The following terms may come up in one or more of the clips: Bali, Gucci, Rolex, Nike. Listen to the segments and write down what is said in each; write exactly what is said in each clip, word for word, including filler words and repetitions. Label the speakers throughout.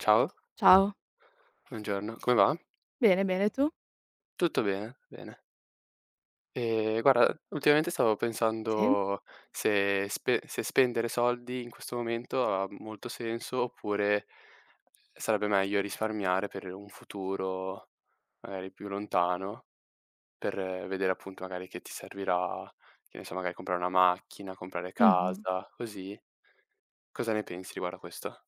Speaker 1: Ciao,
Speaker 2: Ciao,
Speaker 1: buongiorno, come va?
Speaker 2: bene, bene, tu?
Speaker 1: Tutto bene, bene. Ehm, guarda, ultimamente stavo
Speaker 2: Sì.
Speaker 1: pensando se spe se spendere soldi in questo momento ha molto senso, oppure sarebbe meglio risparmiare per un futuro magari più lontano, per eh, vedere appunto magari che ti servirà, che ne so, magari comprare una macchina, comprare
Speaker 2: Mh-mh.
Speaker 1: casa, così. Cosa ne pensi riguardo a questo?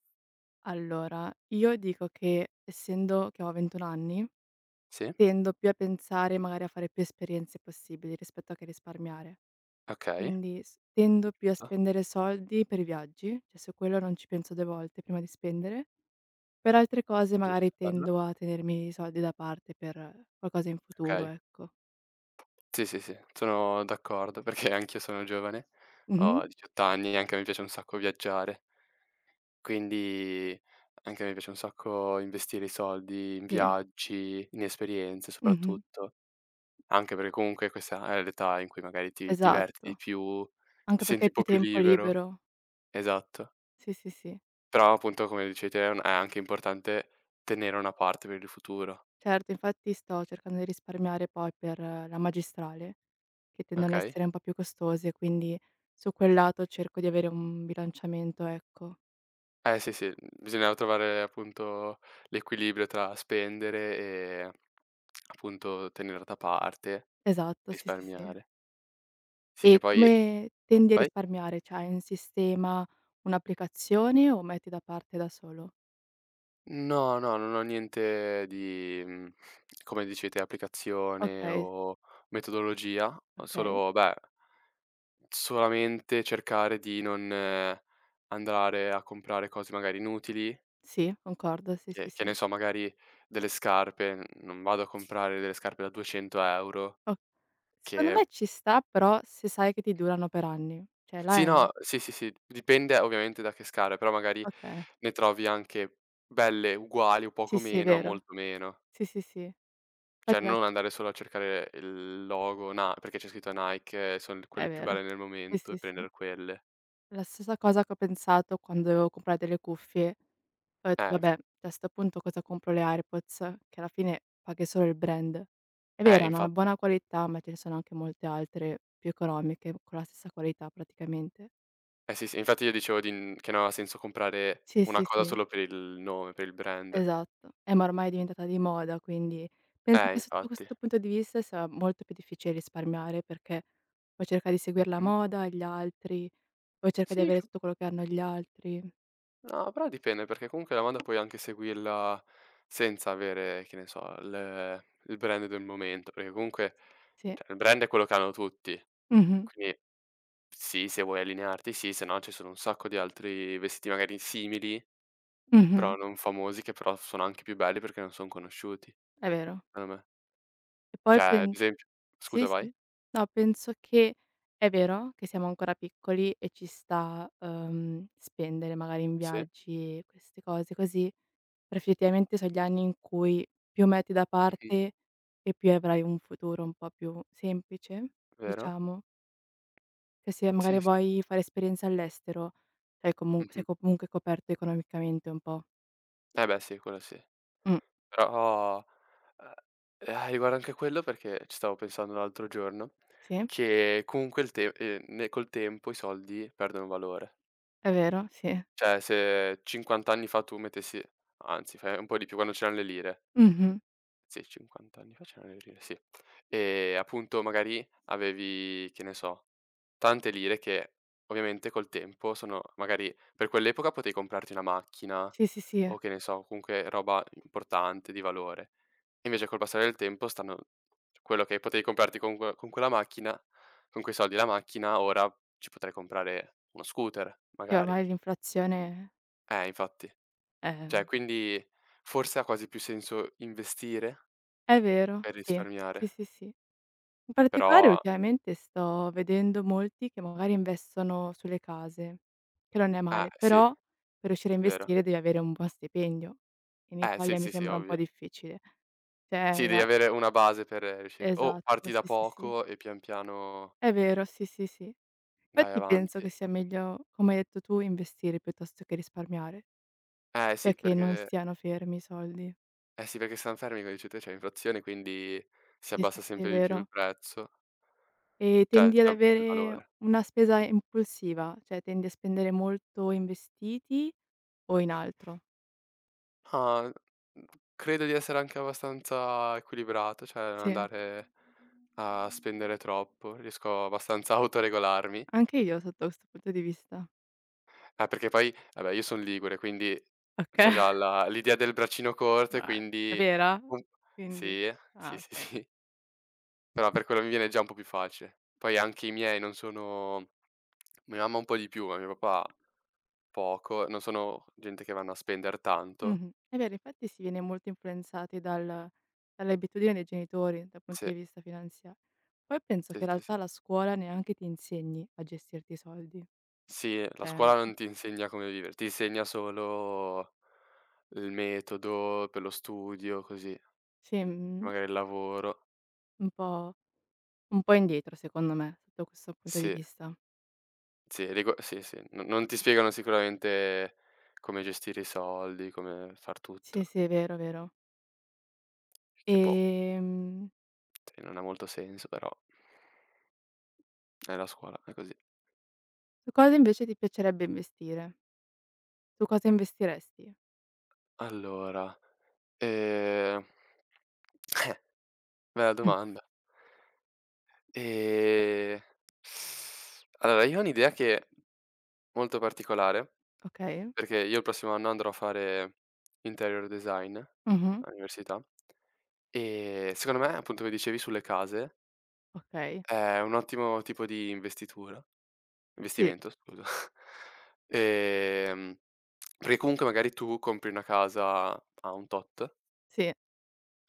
Speaker 2: Allora, io dico che essendo che ho ventuno anni,
Speaker 1: Sì?
Speaker 2: tendo più a pensare magari a fare più esperienze possibili rispetto a che risparmiare.
Speaker 1: Okay,
Speaker 2: Quindi s tendo più a
Speaker 1: giusto,
Speaker 2: spendere soldi per i viaggi, cioè su quello non ci penso due volte prima di spendere. Per altre cose magari
Speaker 1: giusto, bello,
Speaker 2: tendo a tenermi i soldi da parte per qualcosa in futuro,
Speaker 1: okay.
Speaker 2: ecco.
Speaker 1: Sì, sì, sì, sono d'accordo perché anch'io sono giovane,
Speaker 2: Mh-mh.
Speaker 1: ho diciotto anni e anche a me piace un sacco viaggiare, quindi anche a me piace un sacco investire i soldi in
Speaker 2: Sì.
Speaker 1: viaggi, in esperienze
Speaker 2: Mh-mh.
Speaker 1: soprattutto, anche perché comunque questa è l'età in cui magari ti diverti di
Speaker 2: Esatto.
Speaker 1: più, ti
Speaker 2: Anche perché
Speaker 1: senti
Speaker 2: hai
Speaker 1: un
Speaker 2: più
Speaker 1: po' più
Speaker 2: tempo
Speaker 1: libero,
Speaker 2: libero.
Speaker 1: esatto.
Speaker 2: Sì, sì, sì.
Speaker 1: Però appunto come dicevi te è un è anche importante tenere una parte per il futuro,
Speaker 2: Certo, infatti sto cercando di risparmiare poi per la magistrale, che tendono ad
Speaker 1: okay?
Speaker 2: essere un po' più costose, quindi su quel lato cerco di avere un bilanciamento, ecco.
Speaker 1: Eh sì, sì, bisognava trovare appunto l'equilibrio tra spendere e appunto tenere da parte,
Speaker 2: Esatto, sì, sì, sì.
Speaker 1: risparmiare. Sì, che
Speaker 2: E
Speaker 1: poi
Speaker 2: come tendi a
Speaker 1: vai?
Speaker 2: risparmiare? Cioè hai un sistema, un'applicazione o metti da parte da solo?
Speaker 1: No, no, non ho niente di, mhmm, come dici te, applicazione
Speaker 2: Okay,
Speaker 1: o metodologia, ho
Speaker 2: okay.
Speaker 1: solo beh, solamente cercare di non andare a comprare cose magari inutili,
Speaker 2: Sì, concordo, sì, sì,
Speaker 1: che che ne
Speaker 2: sì.
Speaker 1: so, magari delle scarpe, n non vado a comprare delle scarpe da duecento €
Speaker 2: O, secondo me
Speaker 1: che
Speaker 2: ci sta, però se sai che ti durano per anni. Cioè, là
Speaker 1: Sì,
Speaker 2: è un
Speaker 1: no, sì, sì, sì, dipende ovviamente da che scala, però magari
Speaker 2: okay.
Speaker 1: ne trovi anche belle uguali o poco
Speaker 2: Sì, sì, è
Speaker 1: meno a
Speaker 2: vero.
Speaker 1: molto meno.
Speaker 2: Sì, sì, sì.
Speaker 1: Cioè
Speaker 2: Infatti, la
Speaker 1: non andare solo a cercare il logo Na perché c'è scritto Nike e son
Speaker 2: è
Speaker 1: quelle più
Speaker 2: vero.
Speaker 1: belle nel
Speaker 2: Sì,
Speaker 1: momento e
Speaker 2: sì, sì.
Speaker 1: prendere quelle.
Speaker 2: La stessa cosa che ho pensato quando dovevo comprare delle cuffie. Ho detto:
Speaker 1: Eh, infa
Speaker 2: "Vabbè, cioè a 'sto punto cosa compro le AirPods, che alla fine paghi solo il brand". È
Speaker 1: eh,
Speaker 2: vero, hanno una
Speaker 1: infatti.
Speaker 2: buona qualità, ma ce ne sono anche molte altre più economiche con la stessa qualità praticamente.
Speaker 1: Eh sì, sì, infatti io dicevo di n che non aveva senso comprare
Speaker 2: Sì,
Speaker 1: una
Speaker 2: sì,
Speaker 1: cosa
Speaker 2: sì,
Speaker 1: solo per il nome, per il brand.
Speaker 2: esatto. Eh, ma ormai è diventata di moda, quindi penso
Speaker 1: Eh,
Speaker 2: che sotto
Speaker 1: infatti.
Speaker 2: questo punto di vista sia molto più difficile risparmiare, perché poi cerca di seguire la
Speaker 1: Mh-mh.
Speaker 2: moda, gli altri, poi cerca di
Speaker 1: Sì, che
Speaker 2: avere tutto quello che hanno gli altri.
Speaker 1: no, però dipende, perché comunque la moda puoi anche seguirla senza avere, che ne so, il il brand del momento, perché comunque,
Speaker 2: Sì.
Speaker 1: cioè, il brand è quello che hanno tutti.
Speaker 2: Mh-mh,
Speaker 1: Quindi sì, se vuoi allinearti, sì, se no ci sono un sacco di altri vestiti magari simili,
Speaker 2: mh-mh,
Speaker 1: però non famosi, che però sono anche più belli perché non son conosciuti,
Speaker 2: è vero.
Speaker 1: secondo me.
Speaker 2: E poi
Speaker 1: Cioè, ad
Speaker 2: pens
Speaker 1: esempio,
Speaker 2: sì,
Speaker 1: scusa, vai.
Speaker 2: sì. No, penso che è vero che siamo ancora piccoli e ci sta, uhm, spendere magari in
Speaker 1: Sì.
Speaker 2: viaggi e queste cose così, però effettivamente so' gli anni in cui più metti da
Speaker 1: Mh-mh.
Speaker 2: parte e più avrai un futuro un po' più semplice,
Speaker 1: Vero.
Speaker 2: diciamo. Che se
Speaker 1: Sì,
Speaker 2: magari
Speaker 1: sì.
Speaker 2: vuoi fare esperienze all'estero, sei comun sei
Speaker 1: Mh-mh.
Speaker 2: comunque coperto economicamente un po'.
Speaker 1: Eh beh, sì, quello sì.
Speaker 2: Mh,
Speaker 1: Però, ehm, eh, ah, riguarda anche quello perché ci stavo pensando l'altro giorno,
Speaker 2: sì,
Speaker 1: che comunque il te ehm, ne col tempo i soldi perdono valore.
Speaker 2: è vero, sì.
Speaker 1: Cioè se cinquanta anni fa tu mettessi anzi fai un po' di più, quando c'erano le lire.
Speaker 2: Mh-mh.
Speaker 1: Sì, cinquanta anni fa c'erano le lire, sì. Ehm, appunto magari avevi, che ne so, tante lire che ovviamente col tempo sono magari per quell'epoca potevi comprarti una macchina
Speaker 2: Sì, sì, sì.
Speaker 1: o che ne so, comunque roba importante, di valore. Invece col passare del tempo stanno cioè, quello che potevi comprarti con que con quella macchina con quei soldi la macchina, ora ci potrai comprare uno scooter
Speaker 2: Sì,
Speaker 1: magari.
Speaker 2: ormai l'inflazione
Speaker 1: Eh, infatti.
Speaker 2: è.
Speaker 1: Cioè, quindi forse ha quasi più senso investire
Speaker 2: È vero,
Speaker 1: per
Speaker 2: sì. Sì,
Speaker 1: risparmiare,
Speaker 2: sì, sì. In particolare
Speaker 1: però
Speaker 2: ultimamente sto vedendo molti che magari investono sulle case, che non è
Speaker 1: eh,
Speaker 2: male,
Speaker 1: sì,
Speaker 2: però per riuscire a
Speaker 1: vero.
Speaker 2: investire devi avere un buon stipendio. In
Speaker 1: Eh, sì,
Speaker 2: Italia mi
Speaker 1: sì, sì,
Speaker 2: sembra un po'
Speaker 1: ovvio.
Speaker 2: difficile. Cioè,
Speaker 1: Sì, devi
Speaker 2: la
Speaker 1: avere una base per riuscire o
Speaker 2: esatto,
Speaker 1: parti da
Speaker 2: sì, sì, sì.
Speaker 1: poco e pian piano
Speaker 2: È vero, sì, sì, sì.
Speaker 1: vai
Speaker 2: Infatti penso che
Speaker 1: avanti.
Speaker 2: sia meglio, come hai detto tu, investire piuttosto che risparmiare,
Speaker 1: Eh,
Speaker 2: cioè
Speaker 1: sì,
Speaker 2: che non
Speaker 1: perché
Speaker 2: stiano fermi i soldi.
Speaker 1: eh, sì, perché stan fermi, come dici te, c'è inflazione, quindi si
Speaker 2: Sì, sì,
Speaker 1: abbassa
Speaker 2: sì, è
Speaker 1: sempre di più il
Speaker 2: vero.
Speaker 1: prezzo.
Speaker 2: E
Speaker 1: Cioè,
Speaker 2: tendi ad
Speaker 1: c'ha il
Speaker 2: avere
Speaker 1: valore.
Speaker 2: una spesa impulsiva, cioè tendi a spendere molto in vestiti o in altro?
Speaker 1: Ah, mhmm, credo di essere anche abbastanza equilibrato, cioè non
Speaker 2: Sì.
Speaker 1: andare a spendere troppo, riesco abbastanza a autoregolarmi.
Speaker 2: Anche io sotto questo punto di vista.
Speaker 1: Ah, perché poi vabbè io son ligure, quindi c'è
Speaker 2: Okay.
Speaker 1: già la l'idea del braccino corto e
Speaker 2: Ah, è
Speaker 1: quindi
Speaker 2: vera?
Speaker 1: un
Speaker 2: Quindi
Speaker 1: sì,
Speaker 2: ah,
Speaker 1: sì, sì,
Speaker 2: okay.
Speaker 1: sì, però per quello mi viene già un po' più facile. Poi anche i miei non sono mia mamma un po' di più, ma mio papà poco, non sono gente che vanno a spender tanto.
Speaker 2: Mh-mh. È vero, infatti si viene molto influenzati dal dall'abitudine dei genitori dal
Speaker 1: Sì,
Speaker 2: punto di vista finanzia Poi penso che
Speaker 1: sì,
Speaker 2: in
Speaker 1: sì, sì.
Speaker 2: realtà la scuola neanche ti insegni a gestirti i soldi.
Speaker 1: Sì, la
Speaker 2: Cioè,
Speaker 1: scuola non ti insegna come vivere, ti insegna solo il metodo per lo studio, così,
Speaker 2: sì, mhmm,
Speaker 1: magari il lavoro.
Speaker 2: un po' un po' indietro secondo me sotto questo punto di
Speaker 1: Sì,
Speaker 2: vista.
Speaker 1: sì, rigo sì, sì, no non ti spiegano sicuramente come gestire i soldi, come far tutto,
Speaker 2: Sì, sì, è vero, vero.
Speaker 1: che boh,
Speaker 2: Ehm,
Speaker 1: sì, non ha molto senso, però è la scuola, è così.
Speaker 2: Su cosa invece ti piacerebbe investire? Su cosa investiresti?
Speaker 1: Allora, ehm, eh, bella
Speaker 2: Mh.
Speaker 1: domanda. Ehm, allora io ho un'idea che è molto particolare.
Speaker 2: Okay.
Speaker 1: Perché io il prossimo anno andrò a fare interior design
Speaker 2: Mh-mh.
Speaker 1: all'università e secondo me, appunto, come dicevi sulle case,
Speaker 2: Okay.
Speaker 1: è un ottimo tipo di investitura
Speaker 2: Sì,
Speaker 1: investimento scusa, ehm, perché comunque magari tu compri una casa a un tot,
Speaker 2: sì,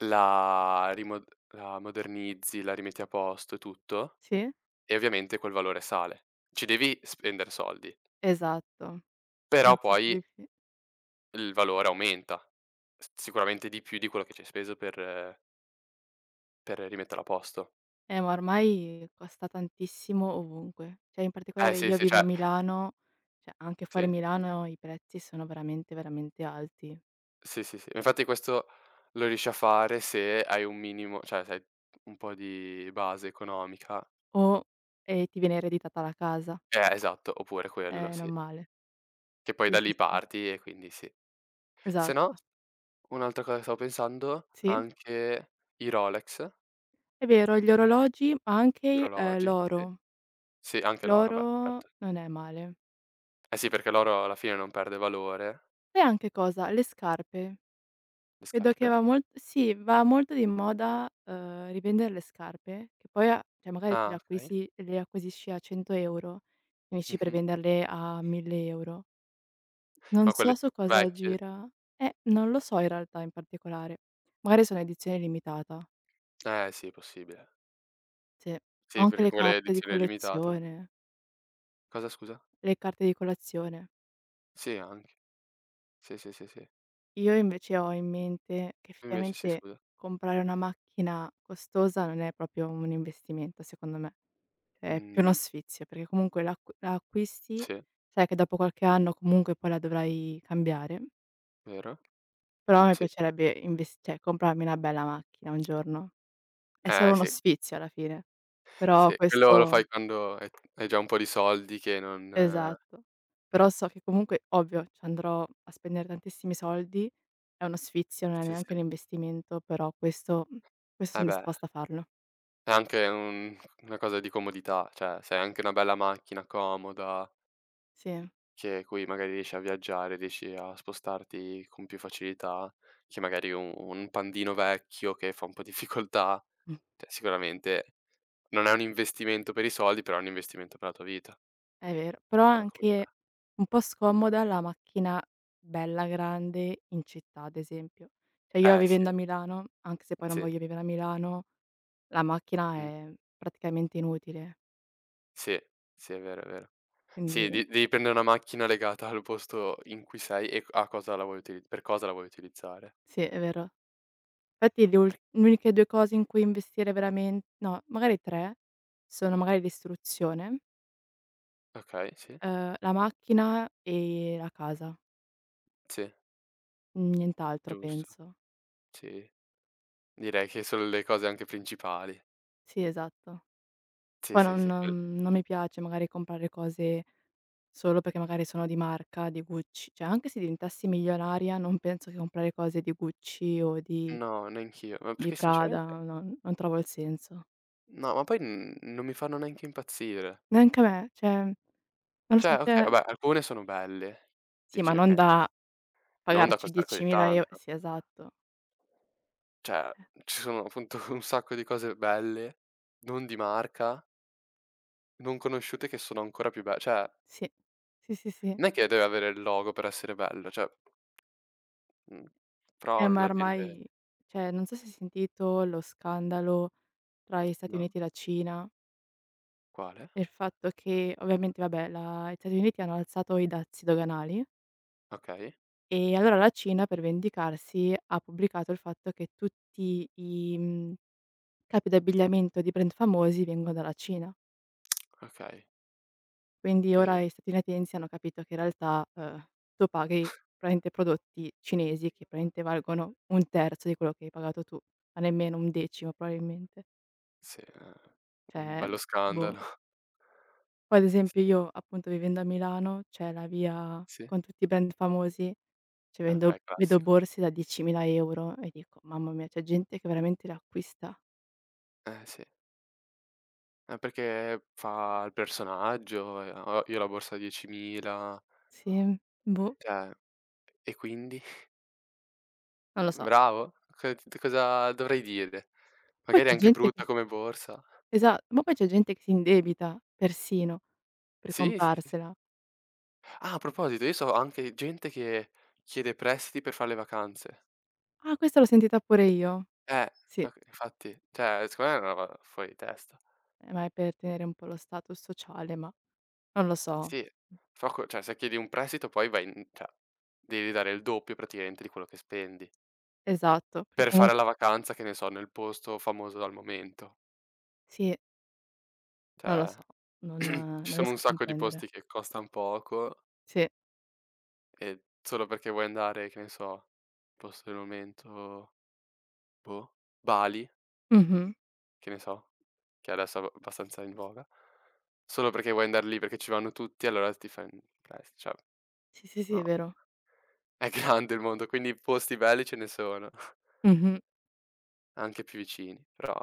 Speaker 1: la rimod la modernizzi, la rimetti a posto e tutto
Speaker 2: sì,
Speaker 1: e ovviamente quel valore sale. Ci devi spendere soldi,
Speaker 2: esatto.
Speaker 1: però
Speaker 2: Penso sia
Speaker 1: poi
Speaker 2: diffi,
Speaker 1: il valore aumenta, s sicuramente di più di quello che ci hai speso per eh, per rimetterlo a posto.
Speaker 2: eh, ma ormai costa tantissimo ovunque. Cioè, in
Speaker 1: Eh
Speaker 2: particolare
Speaker 1: sì,
Speaker 2: io
Speaker 1: sì,
Speaker 2: vivo a
Speaker 1: cioè
Speaker 2: Milano, cioè anche fuori
Speaker 1: sì,
Speaker 2: Milano i prezzi sono veramente, veramente alti.
Speaker 1: sì, sì, sì. Infatti questo lo riesci a fare se hai un minimo cioè se hai un po' di base economica.
Speaker 2: O E ti viene ereditata la casa,
Speaker 1: Eh esatto, oppure quello
Speaker 2: è
Speaker 1: sì,
Speaker 2: non male.
Speaker 1: che poi
Speaker 2: Sì,
Speaker 1: da
Speaker 2: sì,
Speaker 1: lì
Speaker 2: sì.
Speaker 1: parti e quindi sì. Se no,
Speaker 2: Esatto.
Speaker 1: un'altra cosa che stavo pensando,
Speaker 2: Sì.
Speaker 1: anche i Rolex,
Speaker 2: È vero, gli orologi, ma
Speaker 1: gli
Speaker 2: anche, ehm,
Speaker 1: orologi, sì.
Speaker 2: l'oro.
Speaker 1: Sì, anche l'oro, beh,
Speaker 2: L'oro
Speaker 1: certo.
Speaker 2: non è male.
Speaker 1: Eh sì, perché l'oro alla fine non perde valore.
Speaker 2: Sai anche cosa? Le scarpe.
Speaker 1: Le
Speaker 2: Vedo che
Speaker 1: scarpe?
Speaker 2: va molt sì, va molto di moda, uhm, rivendere le scarpe, che poi a cioè magari te le
Speaker 1: Ah, okay.
Speaker 2: acquisi le acquisisci a cento euro €, finisci per
Speaker 1: Mh-mh.
Speaker 2: venderle a mille euro €. Non
Speaker 1: Ma quelle
Speaker 2: so su
Speaker 1: tipo
Speaker 2: cosa
Speaker 1: vecchie
Speaker 2: gira, eh, non lo so in realtà in particolare. Magari sono edizione limitata,
Speaker 1: eh sì, possibile.
Speaker 2: sì. Ho
Speaker 1: Sì,
Speaker 2: anche
Speaker 1: perché
Speaker 2: le
Speaker 1: quelle
Speaker 2: carte di
Speaker 1: edizione limitata.
Speaker 2: collezione
Speaker 1: Cosa scusa?
Speaker 2: le carte di colazione.
Speaker 1: Sì anche. Sì, sì, sì, sì.
Speaker 2: Io invece ho in mente che
Speaker 1: Invece sì,
Speaker 2: effettivamente
Speaker 1: scusa.
Speaker 2: comprare una macchina costosa non è proprio un investimento secondo me. Cioè, è più uno
Speaker 1: Mh,
Speaker 2: sfizio, perché comunque l'acqu la acquisti,
Speaker 1: sì,
Speaker 2: sai che dopo qualche anno comunque poi la dovrai cambiare,
Speaker 1: vero.
Speaker 2: però mi
Speaker 1: Sì.
Speaker 2: piacerebbe inves cioè comprarmi una bella macchina un giorno. È
Speaker 1: Eh
Speaker 2: solo uno
Speaker 1: sì,
Speaker 2: sfizio alla fine, però
Speaker 1: sì. Quello lo
Speaker 2: questo.
Speaker 1: fai quando hai hai già un po' di soldi che non
Speaker 2: Esatto. Però so che comunque, ovvio, ci andrò a spendere tantissimi soldi, è uno sfizio, non è
Speaker 1: sì,
Speaker 2: neanche un
Speaker 1: sì.
Speaker 2: investimento, però questo mhmm, questo
Speaker 1: Eh
Speaker 2: son
Speaker 1: beh,
Speaker 2: disposta a farlo.
Speaker 1: è anche un una cosa di comodità, cioè se hai anche una bella macchina comoda.
Speaker 2: Sì.
Speaker 1: Che cui magari riesci a viaggiare, riesci a spostarti con più facilità che magari un un pandino vecchio che fa un po' di difficoltà.
Speaker 2: Mm.
Speaker 1: Cioè sicuramente non è un investimento per i soldi, però è un investimento per la tua vita,
Speaker 2: È vero. Però è
Speaker 1: per la
Speaker 2: anche
Speaker 1: comunità.
Speaker 2: un po' scomoda la macchina bella grande in città, ad esempio. Cioè io
Speaker 1: Eh sì,
Speaker 2: vivendo a Milano, anche se poi non
Speaker 1: sì,
Speaker 2: voglio vivere a Milano, la macchina
Speaker 1: mh-mh,
Speaker 2: è praticamente inutile.
Speaker 1: sì, sì, è vero, è vero. Sì, de
Speaker 2: Quindi
Speaker 1: devi prendere una macchina legata al posto in cui sei e a cosa la vuoi utili per cosa la vuoi utilizzare.
Speaker 2: sì, è vero. Infatti le ul le uniche due cose in cui investire veramen no, magari tre, sono magari l'istruzione,
Speaker 1: Okay, sì,
Speaker 2: uhm, la macchina e la casa.
Speaker 1: sì,
Speaker 2: Mm, Nient'altro
Speaker 1: giusto,
Speaker 2: penso.
Speaker 1: sì. Direi che sono le cose anche principali.
Speaker 2: Sì, esatto.
Speaker 1: Sì,
Speaker 2: Poi
Speaker 1: sì,
Speaker 2: non
Speaker 1: sì, quel
Speaker 2: non mi piace magari comprare cose solo perché magari sono di marca, di Gucci. Cioè anche se diventassi milionaria non penso che comprare cose di Gucci o di
Speaker 1: no, neanch'io, ma
Speaker 2: di
Speaker 1: perché
Speaker 2: Prada,
Speaker 1: sinceramente
Speaker 2: non non trovo il senso.
Speaker 1: no, ma poi n non mi fanno neanche impazzire.
Speaker 2: Neanche a me, cioè non lo so,
Speaker 1: Cioè, okay,
Speaker 2: cioè
Speaker 1: vabbè, alcune sono belle,
Speaker 2: sì, ma
Speaker 1: dici:
Speaker 2: non
Speaker 1: "Okay,
Speaker 2: da
Speaker 1: non da
Speaker 2: pagarci
Speaker 1: accostare così
Speaker 2: diecimila eu
Speaker 1: tanto."
Speaker 2: sì, esatto.
Speaker 1: Cioè, ci sono appunto un sacco di cose belle, non di marca, non conosciute che sono ancora più be cioè,
Speaker 2: Sì. Sì, sì, sì.
Speaker 1: non è che deve avere il logo per essere bello, cioè, mhmm,
Speaker 2: Eh,
Speaker 1: però
Speaker 2: ma
Speaker 1: la gente.
Speaker 2: ormai cioè, non so se hai sentito lo scandalo tra gli Stati
Speaker 1: No?
Speaker 2: Uniti e la Cina
Speaker 1: Quale?
Speaker 2: e il fatto che ovviamente vabbè la gli Stati Uniti hanno alzato i dazi doganali
Speaker 1: Okay,
Speaker 2: e allora la Cina per vendicarsi ha pubblicato il fatto che tutti i, mhmm, capi d'abbigliamento di brand famosi vengono dalla Cina.
Speaker 1: okay.
Speaker 2: Quindi
Speaker 1: E
Speaker 2: ora gli statunitensi hanno capito che in realtà, uhm, tu paghi praticamente prodotti cinesi che praticamente valgono un terzo di quello che hai pagato tu, ma nemmeno un decimo probabilmente.
Speaker 1: sì, eh, un
Speaker 2: Cioè,
Speaker 1: bello
Speaker 2: boh.
Speaker 1: scandalo.
Speaker 2: Poi ad esempio
Speaker 1: Sì,
Speaker 2: io, appunto, vivendo a Milano, c'è la via
Speaker 1: sì.
Speaker 2: con tutti i brand famosi, cioè vendo
Speaker 1: Okay,
Speaker 2: vedo
Speaker 1: classico.
Speaker 2: borse da diecimila euro € e dico: "Mamma mia, c'è gente che veramente le acquista".
Speaker 1: Eh, sì. Eh, perché fa il personaggio, ehm, ho io ho la borsa diecimila,
Speaker 2: Sì, boh,
Speaker 1: cioè e quindi?
Speaker 2: non lo so.
Speaker 1: Bravo? Co Cosa dovrei dire?
Speaker 2: Poi
Speaker 1: Magari è
Speaker 2: c'è
Speaker 1: anche
Speaker 2: gente
Speaker 1: brutta
Speaker 2: che
Speaker 1: come borsa.
Speaker 2: esa ma poi c'è gente che si indebita persino per
Speaker 1: Sì, sì, sì, sì.
Speaker 2: comprarsela.
Speaker 1: Ah, a proposito, io so anche gente che chiede prestiti per far le vacanze.
Speaker 2: Ah, questa l'ho sentita pure io.
Speaker 1: Eh,
Speaker 2: Sì,
Speaker 1: ok infatti, cioè secondo me è una roba fuori di testa.
Speaker 2: eh, ma è per tenere un po' lo status sociale, ma non lo so.
Speaker 1: Sì, fa co cioè se chiedi un prestito poi vai in cioè devi dare il doppio praticamente di quello che spendi,
Speaker 2: Esatto, perché
Speaker 1: per fare
Speaker 2: comunque
Speaker 1: la vacanza, che ne so, nel posto famoso al momento.
Speaker 2: sì, non lo
Speaker 1: Cioè,
Speaker 2: so, non
Speaker 1: ci
Speaker 2: non
Speaker 1: sono un
Speaker 2: riesco a
Speaker 1: sacco di
Speaker 2: comprendere.
Speaker 1: posti che costan poco
Speaker 2: Sì,
Speaker 1: e solo perché vuoi andare, che ne so, posto del momento, boh, Bali,
Speaker 2: mh-mh.
Speaker 1: che ne so, che adesso è ab abbastanza in voga, solo perché vuoi andar lì, perché ci vanno tutti, allora ti fai un pres cioè
Speaker 2: Sì, sì, sì,
Speaker 1: no,
Speaker 2: è vero.
Speaker 1: è grande il mondo, quindi posti belli ce ne sono,
Speaker 2: Mh-mh.
Speaker 1: anche più vicini, però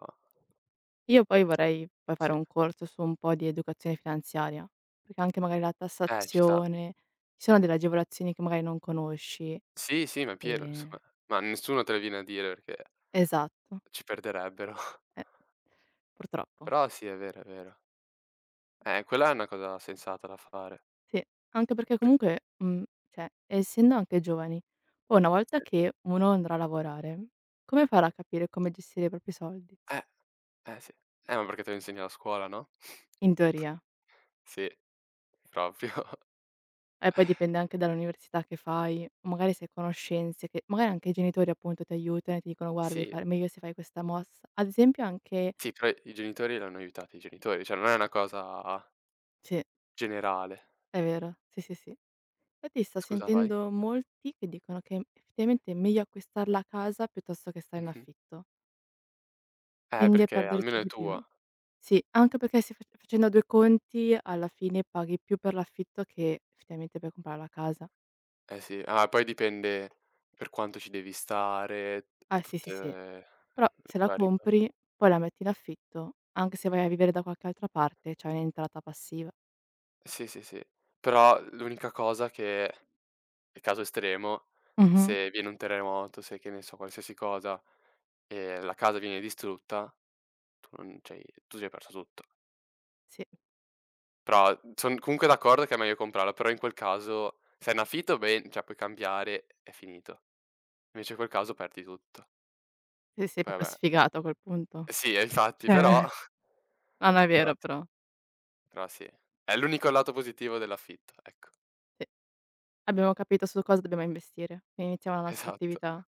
Speaker 2: Io poi vorrei poi fare
Speaker 1: sì.
Speaker 2: un corso su un po' di educazione finanziaria, perché anche magari la
Speaker 1: Eh, ci sta.
Speaker 2: tassazione, ci sono delle agevolazioni che magari non conosci,
Speaker 1: Sì, sì, ma è pieno
Speaker 2: ehm
Speaker 1: insomma, ma nessuno te le viene a dire perché
Speaker 2: esatto,
Speaker 1: ci perderebbero.
Speaker 2: eh, purtroppo.
Speaker 1: Però sì, è vero, è vero. Eh, quella è una cosa sensata da fare.
Speaker 2: Sì, anche perché comunque, mhmm, cioè essendo anche giovani, poi una volta
Speaker 1: Sì.
Speaker 2: che uno andrà a lavorare, come farà a capire come gestire i propri soldi?
Speaker 1: Eh, eh sì. Eh, ma perché te lo insegna la scuola, no?
Speaker 2: In teoria.
Speaker 1: Sì, proprio.
Speaker 2: E poi dipende anche dall'università che fai, o magari se hai conoscenze che magari anche i genitori appunto ti aiutano e ti dicono: "Guarda, devi
Speaker 1: Sì,
Speaker 2: fare meglio se fai questa mossa." Ad esempio anche
Speaker 1: sì, però i genitori l'hanno aiutata i genitori, cioè non è una cosa
Speaker 2: sì,
Speaker 1: generale.
Speaker 2: è vero, sì, sì, sì. Infatti sto
Speaker 1: Scusa, vai.
Speaker 2: sentendo molti che dicono che effettivamente è meglio acquistarla a casa piuttosto che stare in
Speaker 1: Mh-mh.
Speaker 2: affitto.
Speaker 1: Eh,
Speaker 2: Tendi a
Speaker 1: perché
Speaker 2: perderci
Speaker 1: almeno è
Speaker 2: di più.
Speaker 1: tua.
Speaker 2: Sì, anche perché se fac facendo due conti alla fine paghi più per l'affitto che effettivamente per comprare la casa.
Speaker 1: Eh sì. Ah, poi dipende per quanto ci devi stare,
Speaker 2: Ah sì, sì,
Speaker 1: tutte
Speaker 2: sì. Però
Speaker 1: le
Speaker 2: se la
Speaker 1: varie cose.
Speaker 2: compri, poi la metti in affitto, anche se vai a vivere da qualche altra parte c'hai un'entrata passiva.
Speaker 1: Sì, sì, sì. Però l'unica cosa che, è caso estremo,
Speaker 2: Mh-mh.
Speaker 1: se viene un terremoto, se che ne so, qualsiasi cosa e la casa viene distrutta, tu non c'hai tu ci hai perso tutto.
Speaker 2: Sì,
Speaker 1: Però mhmm, son comunque d'accordo che è meglio comprarla, però in quel caso se è in affitto ben cioè puoi cambiare, è finito. Invece in quel caso perdi tutto.
Speaker 2: sì, sei
Speaker 1: Poi
Speaker 2: proprio
Speaker 1: vabbè
Speaker 2: sfigato a quel punto.
Speaker 1: sì, eh, infatti,
Speaker 2: Cioè.
Speaker 1: però
Speaker 2: Non è
Speaker 1: però
Speaker 2: vero
Speaker 1: t
Speaker 2: però.
Speaker 1: però sì, è l'unico lato positivo dell'affitto, ecco.
Speaker 2: Sì, abbiamo capito su cosa dobbiamo investire e iniziamo la nostra
Speaker 1: Esatto,
Speaker 2: attività.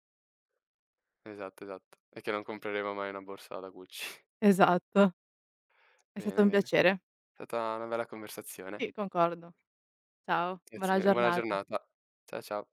Speaker 1: esatto, esatto. È che non compreremo mai una borsa da Gucci.
Speaker 2: Esatto, è stato
Speaker 1: Bene,
Speaker 2: un
Speaker 1: bene.
Speaker 2: piacere.
Speaker 1: È stata una bella conversazione.
Speaker 2: Sì, concordo. Ciao, buona
Speaker 1: Grazie, buona
Speaker 2: giornata.
Speaker 1: giornata. Cia ciao.